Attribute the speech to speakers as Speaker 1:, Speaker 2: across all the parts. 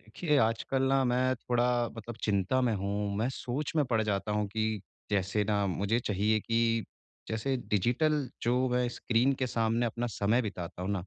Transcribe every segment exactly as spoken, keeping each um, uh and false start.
Speaker 1: देखिए, आजकल ना मैं थोड़ा मतलब चिंता में हूँ। मैं सोच में पड़ जाता हूँ कि जैसे ना मुझे चाहिए कि जैसे डिजिटल जो मैं स्क्रीन के सामने अपना समय बिताता हूँ ना,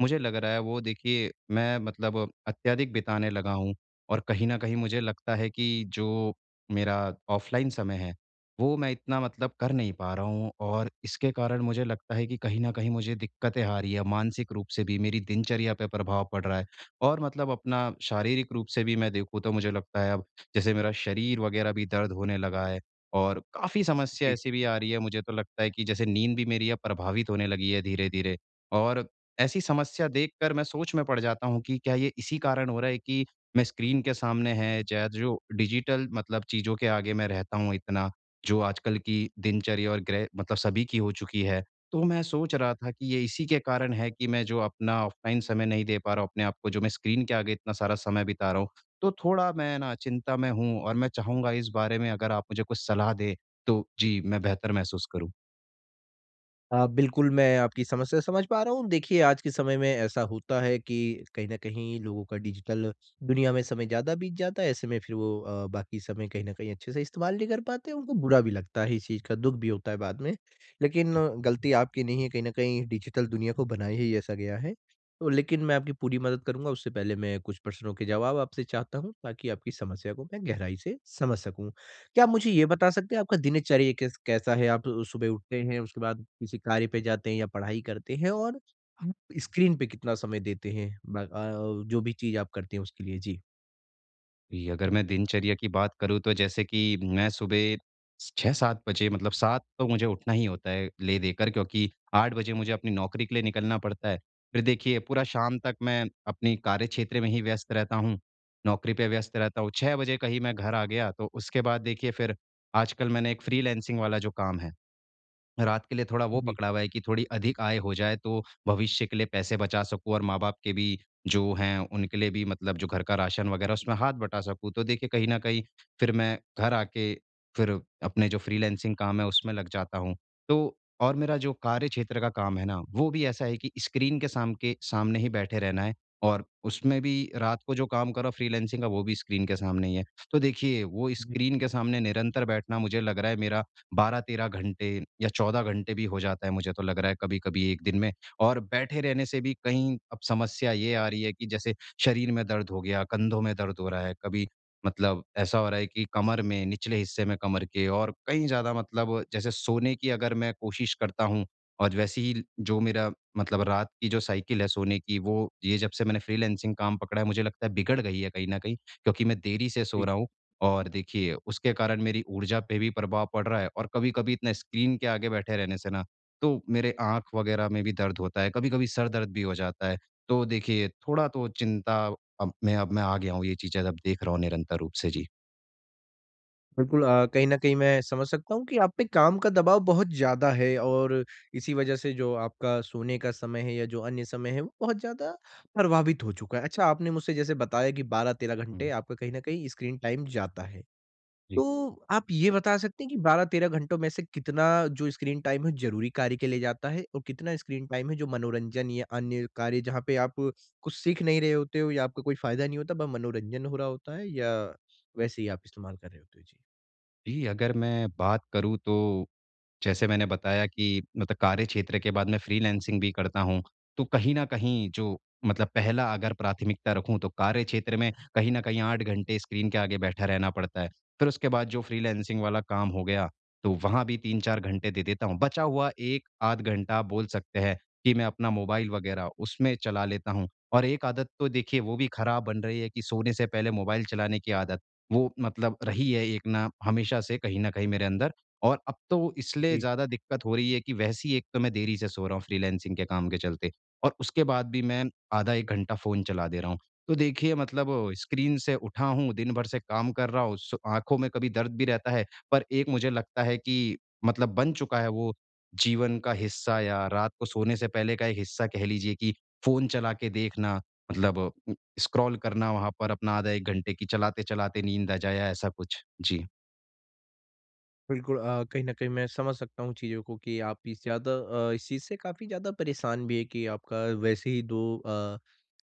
Speaker 1: मुझे लग रहा है वो देखिए मैं मतलब अत्यधिक बिताने लगा हूँ। और कहीं न कहीं मुझे लगता है कि जो मेरा ऑफ़लाइन समय है, वो मैं इतना मतलब कर नहीं पा रहा हूँ और इसके कारण मुझे लगता है कि कहीं न कहीं मुझे दिक्कतें आ रही हैं, मानसिक रूप से भी मेरी दिनचर्या पे प्रभाव पड़ रहा है। और मतलब अपना शारीरिक रूप से भी मैं देखूँ तो मुझे लगता है अब जैसे मेरा शरीर वगैरह भी दर्द होने लगा है और काफ़ी समस्या
Speaker 2: जी।
Speaker 1: ऐसी भी आ रही है, मुझे तो लगता है कि जैसे नींद भी मेरी अब प्रभावित होने लगी है धीरे-धीरे। और ऐसी समस्या देखकर मैं सोच में पड़ जाता हूँ कि क्या ये इसी कारण हो रहा है कि मैं स्क्रीन के सामने है, या जो डिजिटल मतलब चीज़ों के आगे मैं रहता हूँ इतना, जो आजकल की दिनचर्या और ग्रह मतलब सभी की हो चुकी है। तो मैं सोच रहा था कि ये इसी के कारण है कि मैं जो अपना ऑफ़लाइन समय नहीं दे पा रहा हूँ अपने आप को, जो मैं स्क्रीन के आगे इतना सारा समय बिता रहा हूँ। तो थोड़ा मैं ना चिंता में हूँ, और मैं चाहूँगा इस बारे में अगर आप मुझे कुछ सलाह दें, तो जी, मैं बेहतर महसूस करूँ। जी।
Speaker 2: हाँ, बिल्कुल, मैं आपकी समस्या समझ पा रहा हूँ। देखिए, आज के समय में ऐसा होता है कि कहीं न कहीं लोगों का डिजिटल दुनिया में समय ज़्यादा बीत जाता है। ऐसे में फिर वो अ, बाकी समय कहीं न कहीं अच्छे से इस्तेमाल नहीं कर पाते, उनको बुरा भी लगता है, इस चीज़ का दुःख भी होता है बाद में। लेकिन आ, गलती आपकी नहीं है, कहीं न कहीं डिजिटल दुनिया को बनाया ही ऐसा गया है। तो लेकिन मैं आपकी पूरी मदद करूँगा, उससे पहले मैं कुछ प्रश्नों के जवाब आपसे चाहता हूँ, ताकि आपकी समस्या को मैं गहराई से समझ सकूँ। क्या आप मुझे ये बता सकते हैं आपका दिनचर्या कैस कैसा है? आप सुबह उठते हैं, उसके बाद किसी कार्य पे जाते हैं या पढ़ाई करते हैं और आप स्क्रीन पे कितना समय देते हैं? ब अ, जो भी चीज़ आप करते हैं उसके लिए? जी।
Speaker 1: जी, अगर मैं दिनचर्या की बात करूँ, तो जैसे कि मैं सुबह छह सात बजे, मतलब सात तो मुझे उठना ही होता है ले देकर, क्योंकि आठ बजे मुझे अपनी नौकरी के लिए निकलना पड़ता है। फिर देखिए, पूरा शाम तक मैं अपनी कार्यक्षेत्र में ही व्यस्त रहता हूँ, नौकरी पे व्यस्त रहता हूँ। छह बजे कहीं मैं घर आ गया, तो उसके बाद देखिए फिर आजकल मैंने एक फ्रीलांसिंग वाला जो काम है, रात के लिए थोड़ा वो
Speaker 2: जी,
Speaker 1: पकड़ा हुआ है कि थोड़ी अधिक आय हो जाए, तो भविष्य के लिए पैसे बचा सकूँ, और माँ-बाप के भी जो हैं उनके लिए भी, मतलब जो घर का राशन वगैरह उसमें हाथ बटा सकूँ। तो देखिए, कहीं न कहीं फिर मैं घर आके फिर अपने जो फ्रीलांसिंग काम है उसमें लग जाता हूँ। तो और मेरा जो कार्य क्षेत्र का काम है ना, वो भी ऐसा है कि स्क्रीन के साम के सामने ही बैठे रहना है, और उसमें भी रात को जो काम करो फ्रीलांसिंग का, वो भी स्क्रीन के सामने ही है। तो देखिए वो
Speaker 2: जी,
Speaker 1: स्क्रीन के सामने निरंतर बैठना मुझे लग रहा है मेरा बारह तेरह घंटे या चौदह घंटे भी हो जाता है, मुझे तो लग रहा है कभी-कभी एक दिन में। और बैठे रहने से भी कहीं अब समस्या ये आ रही है कि जैसे शरीर में दर्द हो गया, कंधों में दर्द हो रहा है, कभी मतलब ऐसा हो रहा है कि कमर में, निचले हिस्से में कमर के, और कहीं ज़्यादा मतलब जैसे सोने की अगर मैं कोशिश करता हूँ, और वैसे ही जो मेरा मतलब रात की जो साइकिल है सोने की, वो ये जब से मैंने फ्रीलांसिंग काम पकड़ा है मुझे लगता है बिगड़ गई है कहीं न कहीं, क्योंकि मैं देरी से सो
Speaker 2: जी।
Speaker 1: रहा हूँ। और देखिए, उसके कारण मेरी ऊर्जा पे भी प्रभाव पड़ रहा है, और कभी-कभी इतना स्क्रीन के आगे बैठे रहने से ना, तो मेरे आँख वगैरह में भी दर्द होता है, कभी-कभी सर दर्द भी हो जाता है। तो देखिए, थोड़ा तो चिंता अब मैं अब मैं आ गया हूँ, ये चीज़ें अब देख रहा हूँ निरंतर रूप से। जी।
Speaker 2: बिल्कुल अ, कहीं न कहीं मैं समझ सकता हूँ कि आप पे काम का दबाव बहुत ज़्यादा है और इसी वजह से जो आपका सोने का समय है या जो अन्य समय है वो बहुत ज़्यादा प्रभावित हो चुका है। अच्छा आपने मुझसे जैसे बताया कि बारह तेरह घंटे
Speaker 1: हुँ।
Speaker 2: आपका कहीं न कहीं स्क्रीन टाइम जाता है।
Speaker 1: जी।
Speaker 2: तो आप ये बता सकते हैं कि बारह तेरह घंटों में से कितना जो स्क्रीन टाइम है ज़रूरी कार्य के लिए जाता है और कितना स्क्रीन टाइम है जो मनोरंजन या अन्य कार्य जहाँ पे आप कुछ सीख नहीं रहे होते हो या आपका कोई फ़ायदा नहीं होता, बस मनोरंजन हो रहा होता है या वैसे ही आप इस्तेमाल कर रहे होते हो? जी।
Speaker 1: जी, अगर मैं बात करूँ, तो जैसे मैंने बताया कि मतलब कार्य क्षेत्र के बाद मैं फ्रीलांसिंग भी करता हूँ, तो कहीं न कहीं जो मतलब पहला अगर प्राथमिकता रखूँ, तो कार्य क्षेत्र में कहीं न कहीं आठ घंटे स्क्रीन के आगे बैठा रहना पड़ता है। फिर उसके बाद जो फ्रीलांसिंग वाला काम हो गया, तो वहाँ भी तीन चार घंटे दे देता हूँ। बचा हुआ एक आध घंटा बोल सकते हैं कि मैं अपना मोबाइल वग़ैरह उसमें चला लेता हूँ। और एक आदत तो देखिए वो भी खराब बन रही है कि सोने से पहले मोबाइल चलाने की आदत, वो मतलब रही है एक ना हमेशा से कहीं न कहीं मेरे अंदर। और अब तो इसलिए
Speaker 2: जी,
Speaker 1: ज़्यादा दिक्कत हो रही है कि वैसे ही एक तो मैं देरी से सो रहा हूँ फ्रीलांसिंग के काम के चलते, और उसके बाद भी मैं आधा एक घंटा फ़ोन चला दे रहा हूँ। तो देखिए, मतलब स्क्रीन से उठा हूँ, दिन भर से काम कर रहा हूँ, सो आँखों में कभी दर्द भी रहता है, पर एक मुझे लगता है कि मतलब बन चुका है वो जीवन का हिस्सा, या रात को सोने से पहले का एक हिस्सा कह लीजिए, कि फ़ोन चला के देखना, मतलब उम, स्क्रॉल करना वहाँ पर अपना आधा एक घंटे की चलाते-चलाते नींद आ जाए या ऐसा कुछ। जी।
Speaker 2: बिल्कुल अ, कहीं न कहीं मैं समझ सकता हूँ चीज़ों को कि आप इस ज़्यादा अ, इस चीज़ से काफ़ी ज़्यादा परेशान भी हैं कि आपका वैसे ही दो अ,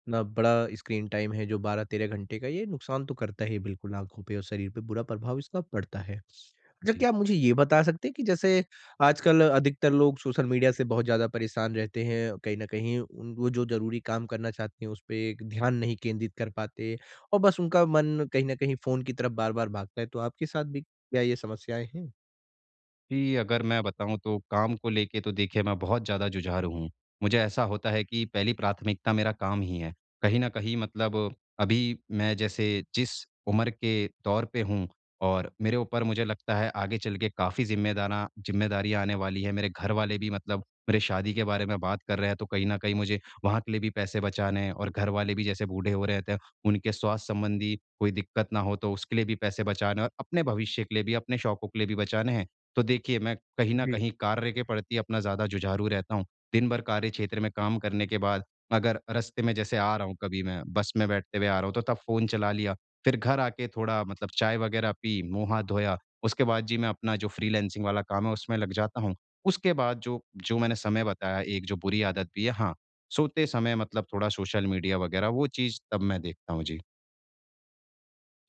Speaker 2: इतना बड़ा स्क्रीन टाइम है जो बारह तेरह घंटे का, ये नुकसान तो करता ही है बिल्कुल आँखों पे और शरीर पे बुरा प्रभाव इसका पड़ता है। अच्छा,
Speaker 1: जी।
Speaker 2: क्या आप मुझे ये बता सकते हैं कि जैसे आजकल अधिकतर लोग सोशल मीडिया से बहुत ज़्यादा परेशान रहते हैं, कहीं न कहीं उन वो जो ज़रूरी काम करना चाहते हैं, उसपे एक ध्यान नहीं केंद्रित कर पाते और बस उनका मन कहीं न कहीं फ़ोन की तरफ बार-बार भागता है, तो आपके साथ भी क्या ये समस्याएँ हैं?
Speaker 1: जी, अगर मैं बताऊँ तो काम को लेके तो देखिए मैं बहुत ज़्यादा जुझारू हूँ। मुझे ऐसा होता है कि पहली प्राथमिकता मेरा काम ही है। कहीं न कहीं मतलब अभी मैं जैसे जिस उम्र के दौर पे हूँ, और मेरे ऊपर मुझे लगता है आगे चल के काफ़ी ज़िम्मेदारा ज़िम्मेदारियाँ आने वाली हैं। मेरे घरवाले भी मतलब मेरे शादी के बारे में बात कर रहे हैं, तो कहीं न कहीं मुझे वहाँ के लिए भी पैसे बचाने हैं, और घरवाले भी जैसे बूढ़े हो रहे हैं, तो उनके स्वास्थ्य संबंधी कोई दिक्कत ना हो तो उसके लिए भी पैसे बचाने हैं, और अपने भविष्य के लिए भी, अपने शौकों के लिए भी बचाने हैं। तो देखिए, मैं कहीं न
Speaker 2: जी।
Speaker 1: कहीं कार्य के प्रति अपना ज़्यादा जुझारू रहता हूँ। दिन भर कार्य क्षेत्र में काम करने के बाद, अगर रास्ते में जैसे आ रहा हूँ कभी मैं, बस में बैठते हुए आ रहा हूँ, तो तब फ़ोन चला लिया। फिर घर आके थोड़ा मतलब चाय वग़ैरह पी, मुँह-हाथ धोया। उसके बाद जी मैं अपना जो फ्रीलांसिंग वाला काम है उसमें लग जाता हूँ। उसके बाद जो जो मैंने समय बताया, एक जो बुरी आदत भी है हाँ, सोते समय मतलब थोड़ा सोशल मीडिया वग़ैरह वो चीज़ तब मैं देखता हूँ। जी।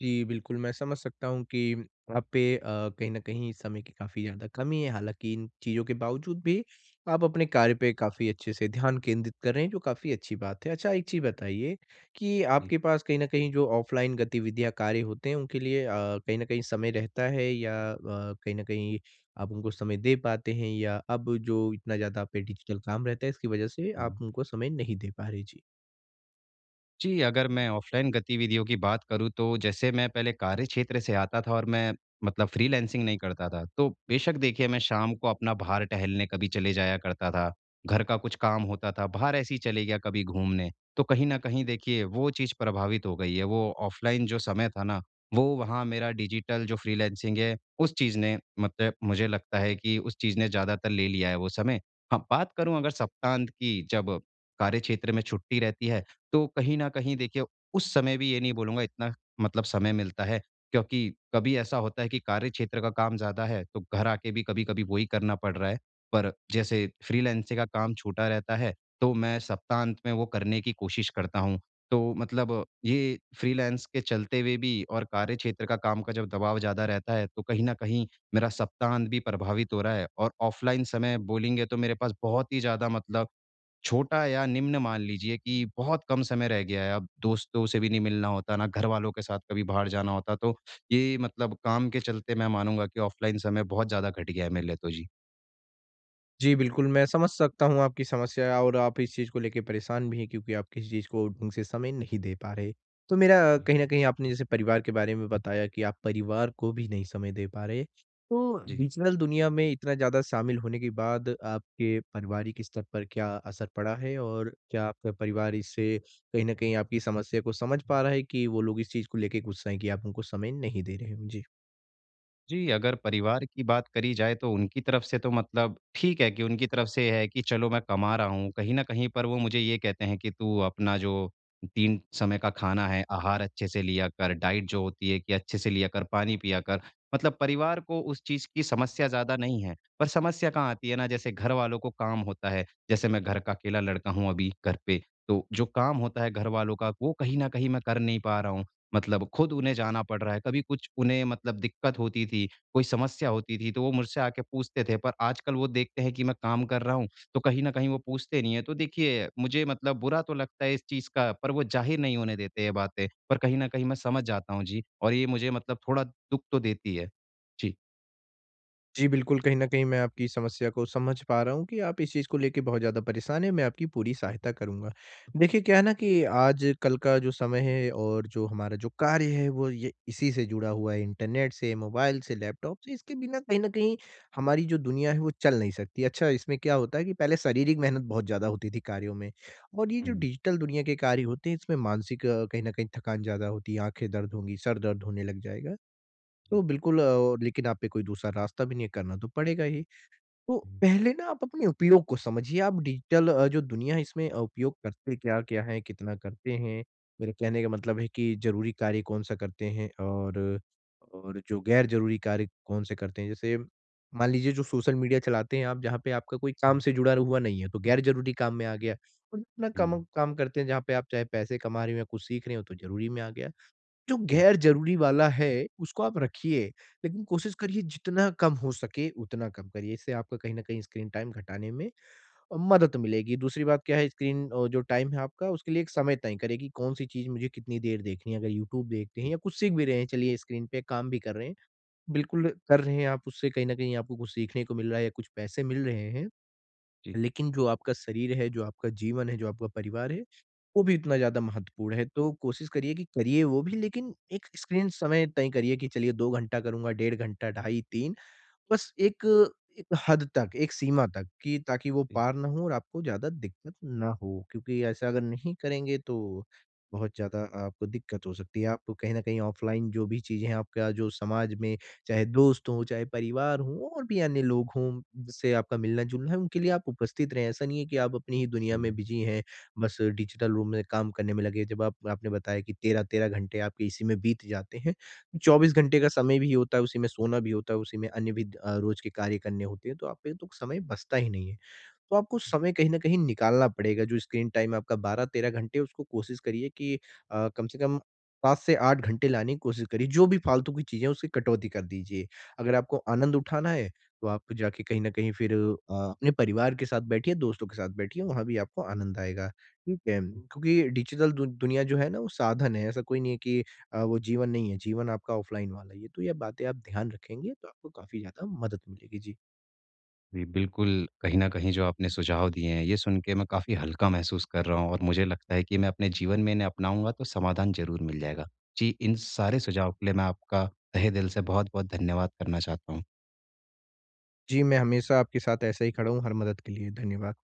Speaker 2: जी, बिल्कुल, मैं समझ सकता हूँ कि आप पे अ, कहीं न कहीं समय की काफ़ी ज़्यादा कमी है। हालाँकि इन चीज़ों के बावजूद भी आप अपने कार्य पे काफ़ी अच्छे से ध्यान केंद्रित कर रहे हैं, जो काफ़ी अच्छी बात है। अच्छा, एक चीज़ बताइए कि
Speaker 1: जी।
Speaker 2: आपके पास कहीं न कहीं जो ऑफ़लाइन गतिविधियाँ, कार्य होते हैं, उनके लिए अ, कहीं न कहीं समय रहता है या अ, कहीं न कहीं आप उनको समय दे पाते हैं या अब जो इतना ज़्यादा आप पे डिजिटल काम रहता है, इसकी वजह से आप
Speaker 1: हुँ।
Speaker 2: उनको समय नहीं दे पा रहे? जी।
Speaker 1: जी, अगर मैं ऑफ़लाइन गतिविधियों की बात करूँ, तो जैसे मैं पहले कार्य क्षेत्र से आता था और मैं मतलब फ्रीलांसिंग नहीं करता था। तो बेशक देखिए मैं शाम को अपना बाहर टहलने कभी चले जाया करता था। घर का कुछ काम होता था, बाहर ऐसे ही चले गया कभी घूमने। तो कहीं न कहीं देखिए वो चीज़ प्रभावित हो गई है। वो ऑफ़लाइन जो समय था ना, वो वहाँ मेरा डिजिटल जो फ्रीलांसिंग है उस चीज़ ने मतलब मुझे लगता है कि उस चीज़ ने ज़्यादातर ले लिया है वो समय। हाँ, बात करूँ अगर सप्तांत की, जब कार्य क्षेत्र में छुट्टी रहती है, तो कहीं न कहीं देखिए उस समय भी ये नहीं बोलूँगा इतना मतलब समय मिलता है, क्योंकि कभी ऐसा होता है कि कार्यक्षेत्र का काम ज़्यादा है, तो घर आके भी कभी-कभी वही करना पड़ रहा है। पर जैसे फ्रीलांसिंग का काम छूटा रहता है, तो मैं सप्ताहांत में वो करने की कोशिश करता हूँ। तो मतलब ये फ्रीलांस के चलते हुए भी और कार्यक्षेत्र का काम का जब दबाव ज़्यादा रहता है, तो कहीं न कहीं मेरा सप्ताहांत भी प्रभावित हो रहा है, और ऑफ़लाइन समय बोलेंगे तो मेरे पास बहुत ही ज़्यादा मतलब छोटा या निम्न मान लीजिए कि बहुत कम समय रह गया है, अब दोस्तों से भी नहीं मिलना होता, ना घरवालों के साथ कभी बाहर जाना होता, तो ये मतलब काम के चलते मैं मानूँगा कि ऑफ़लाइन समय बहुत ज़्यादा घट गया है मेरे लिए, तो जी।
Speaker 2: जी, बिल्कुल, मैं समझ सकता हूँ आपकी समस्या और आप इस चीज़ को लेके परेशान भी हैं क्योंकि आप किसी चीज़ को ढंग से समय नहीं दे पा रहे। तो मेरा कहीं न कहीं आपने जैसे परिवार के बारे में बताया कि आप परिवार को भी नहीं समय दे पा रहे। तो
Speaker 1: जी।
Speaker 2: डिजिटल दुनिया में इतना ज़्यादा शामिल होने के बाद आपके पारिवारिक स्तर पर क्या असर पड़ा है? और क्या आपका परिवार इससे कहीं न कहीं आपकी समस्या को समझ पा रहा है कि वो लोग इस चीज़ को लेके गुस्सा हैं कि आप उनको समय नहीं दे रहे हो? जी।
Speaker 1: जी, अगर परिवार की बात करी जाए तो उनकी तरफ से तो मतलब ठीक है, कि उनकी तरफ से है कि चलो मैं कमा रहा हूँ, कहीं न कहीं, पर वो मुझे ये कहते हैं कि तू अपना जो तीन समय का खाना है, आहार अच्छे से लिया कर, डाइट जो होती है कि अच्छे से लिया कर, पानी पिया कर। मतलब परिवार को उस चीज़ की समस्या ज़्यादा नहीं है, पर समस्या कहाँ आती है ना, जैसे घर वालों को काम होता है, जैसे मैं घर का अकेला लड़का हूँ अभी घर पे, तो जो काम होता है घर वालों का वो कहीं न कहीं मैं कर नहीं पा रहा हूँ। मतलब खुद उन्हें जाना पड़ रहा है। कभी कुछ उन्हें मतलब दिक्कत होती थी, कोई समस्या होती थी, तो वो मुझसे आके पूछते थे, पर आजकल वो देखते हैं कि मैं काम कर रहा हूँ, तो कहीं न कहीं वो पूछते नहीं हैं। तो देखिए, मुझे मतलब बुरा तो लगता है इस चीज़ का, पर वो ज़ाहिर नहीं होने देते ये बातें। पर कहीं न कहीं मैं समझ जाता हूँ जी, और ये मुझे मतलब थोड़ा दुःख तो देती है। जी।
Speaker 2: जी, बिल्कुल, कहीं न कहीं मैं आपकी समस्या को समझ पा रहा हूँ कि आप इस चीज़ को लेके बहुत ज़्यादा परेशान हैं, मैं आपकी पूरी सहायता करूँगा। देखिए, क्या है ना कि आजकल का जो समय है और जो हमारा जो कार्य है, वो ये इसी से जुड़ा हुआ है, इंटरनेट से, मोबाइल से, लैपटॉप से, इसके बिना कहीं न कहीं हमारी जो दुनिया है, वो चल नहीं सकती। अच्छा, इसमें क्या होता है कि पहले शारीरिक मेहनत बहुत ज़्यादा होती थी कार्यों में और ये जो
Speaker 1: हुँ,
Speaker 2: डिजिटल दुनिया के कार्य होते हैं, इसमें मानसिक अ, कहीं न कहीं थकान ज़्यादा होती है, आँखें दर्द होंगी, सर दर्द होने लग जाएगा।
Speaker 1: जी,
Speaker 2: तो बिल्कुल अ, और लेकिन आप पे कोई दूसरा रास्ता भी नहीं है, करना तो पड़ेगा ही। तो
Speaker 1: हुँ,
Speaker 2: पहले ना आप अपने उपयोग को समझिए, आप डिजिटल अ, जो दुनिया है इसमें अ, उपयोग करते क्या-क्या हैं, कितना करते हैं? मेरे कहने का मतलब है कि ज़रूरी कार्य कौन-सा करते हैं और और जो गैर ज़रूरी कार्य कौन से करते हैं? जैसे मान लीजिए जो सोशल मीडिया चलाते हैं आप, जहाँ पे आपका कोई काम से जुड़ा हुआ नहीं है, तो गैर ज़रूरी काम में आ गया और अपना काम काम करते हैं, जहाँ पे आप चाहे पैसे कमा रहे हो या कुछ सीख रहे हो, तो ज़रूरी में आ गया। जो
Speaker 1: हुँ,
Speaker 2: गैर ज़रूरी वाला है, उसको आप रखिए, लेकिन कोशिश करिए जितना कम हो सके उतना कम करिए। इससे आपका कहीं न कहीं स्क्रीन टाइम घटाने में अ, मदद मिलेगी। दूसरी बात क्या है स्क्रीन अ, जो टाइम है आपका उसके लिए एक समय तय करें कि कौन-सी चीज़ मुझे कितनी देर देखनी है। अगर यूट्यूब देखते हैं
Speaker 1: जी,
Speaker 2: या कुछ सीख भी रहे हैं, चलिए स्क्रीन पे काम भी कर रहे हैं, बिल्कुल कर रहे हैं आप उससे कहीं न कहीं आपको कुछ सीखने को मिल रहा है या कुछ पैसे मिल रहे हैं।
Speaker 1: जी,
Speaker 2: लेकिन जो आपका शरीर है, जो आपका जीवन है, जो आपका परिवार है, वो भी उतना ज़्यादा महत्वपूर्ण है। तो कोशिश करिए कि करिए वो भी लेकिन एक स्क्रीन समय तय करिए कि चलिए दो घंटा करूँगा, डेढ़ घंटा, ढाई, तीन बस एक एक हद तक, एक सीमा तक कि ताकि वो
Speaker 1: जी,
Speaker 2: पार ना हो और आपको ज़्यादा दिक्कत ना हो, क्योंकि ऐसा अगर नहीं करेंगे तो बहुत ज़्यादा आपको दिक्कत हो सकती है। आपको कहीं न कहीं ऑफ़लाइन जो भी चीज़ें हैं, आपका जो समाज में चाहे दोस्त हों, चाहे परिवार हों और भी अन्य लोग हों, जिससे आपका मिलना-जुलना है, उनके लिए आप उपस्थित रहें। ऐसा नहीं है कि आप अपनी ही दुनिया
Speaker 1: हुँ।
Speaker 2: में बिज़ी हैं, बस डिजिटल रूम में काम करने में लगे। जब आप आपने बताया कि तेरह तेरह घंटे आपके इसी में बीत जाते हैं। चौबीस घंटे का समय भी होता है, उसी में सोना भी होता है, उसी में अन्य भी अ, रोज के कार्य करने होते हैं, तो आप पे तो समय बचता ही नहीं है। तो आपको समय कहीं न कहीं निकालना पड़ेगा। जो स्क्रीन टाइम आपका बारह तेरह घंटे है, उसको कोशिश करिए कि अ, कम से कम सात से आठ घंटे लाने की कोशिश करिए। जो भी फालतू की चीज़ें हैं, उसकी कटौती कर दीजिए। अगर आपको आनंद उठाना है, तो आप जाके कहीं न कहीं फिर अ, अपने परिवार के साथ बैठिए, दोस्तों के साथ बैठिए, वहाँ भी आपको आनंद आएगा। ठीक है? क्योंकि डिजिटल दु दुनिया जो है ना, वो साधन है, ऐसा कोई नहीं है कि अ, वो जीवन नहीं है। जीवन आपका ऑफ़लाइन वाला ही है। तो ये बातें आप ध्यान रखेंगे, तो आपको काफ़ी ज़्यादा मदद मिलेगी। जी।
Speaker 1: जी, बिल्कुल, कहीं न कहीं जो आपने सुझाव दिए हैं, ये सुन के मैं काफ़ी हल्का महसूस कर रहा हूँ, और मुझे लगता है कि मैं अपने जीवन में इन्हें अपनाऊँगा तो समाधान ज़रूर मिल जाएगा। जी, इन सारे सुझाव के लिए मैं आपका तहे दिल से बहुत-बहुत धन्यवाद करना चाहता हूँ।
Speaker 2: जी, मैं हमेशा आपके साथ ऐसे ही खड़ा हूँ हर मदद के लिए। धन्यवाद।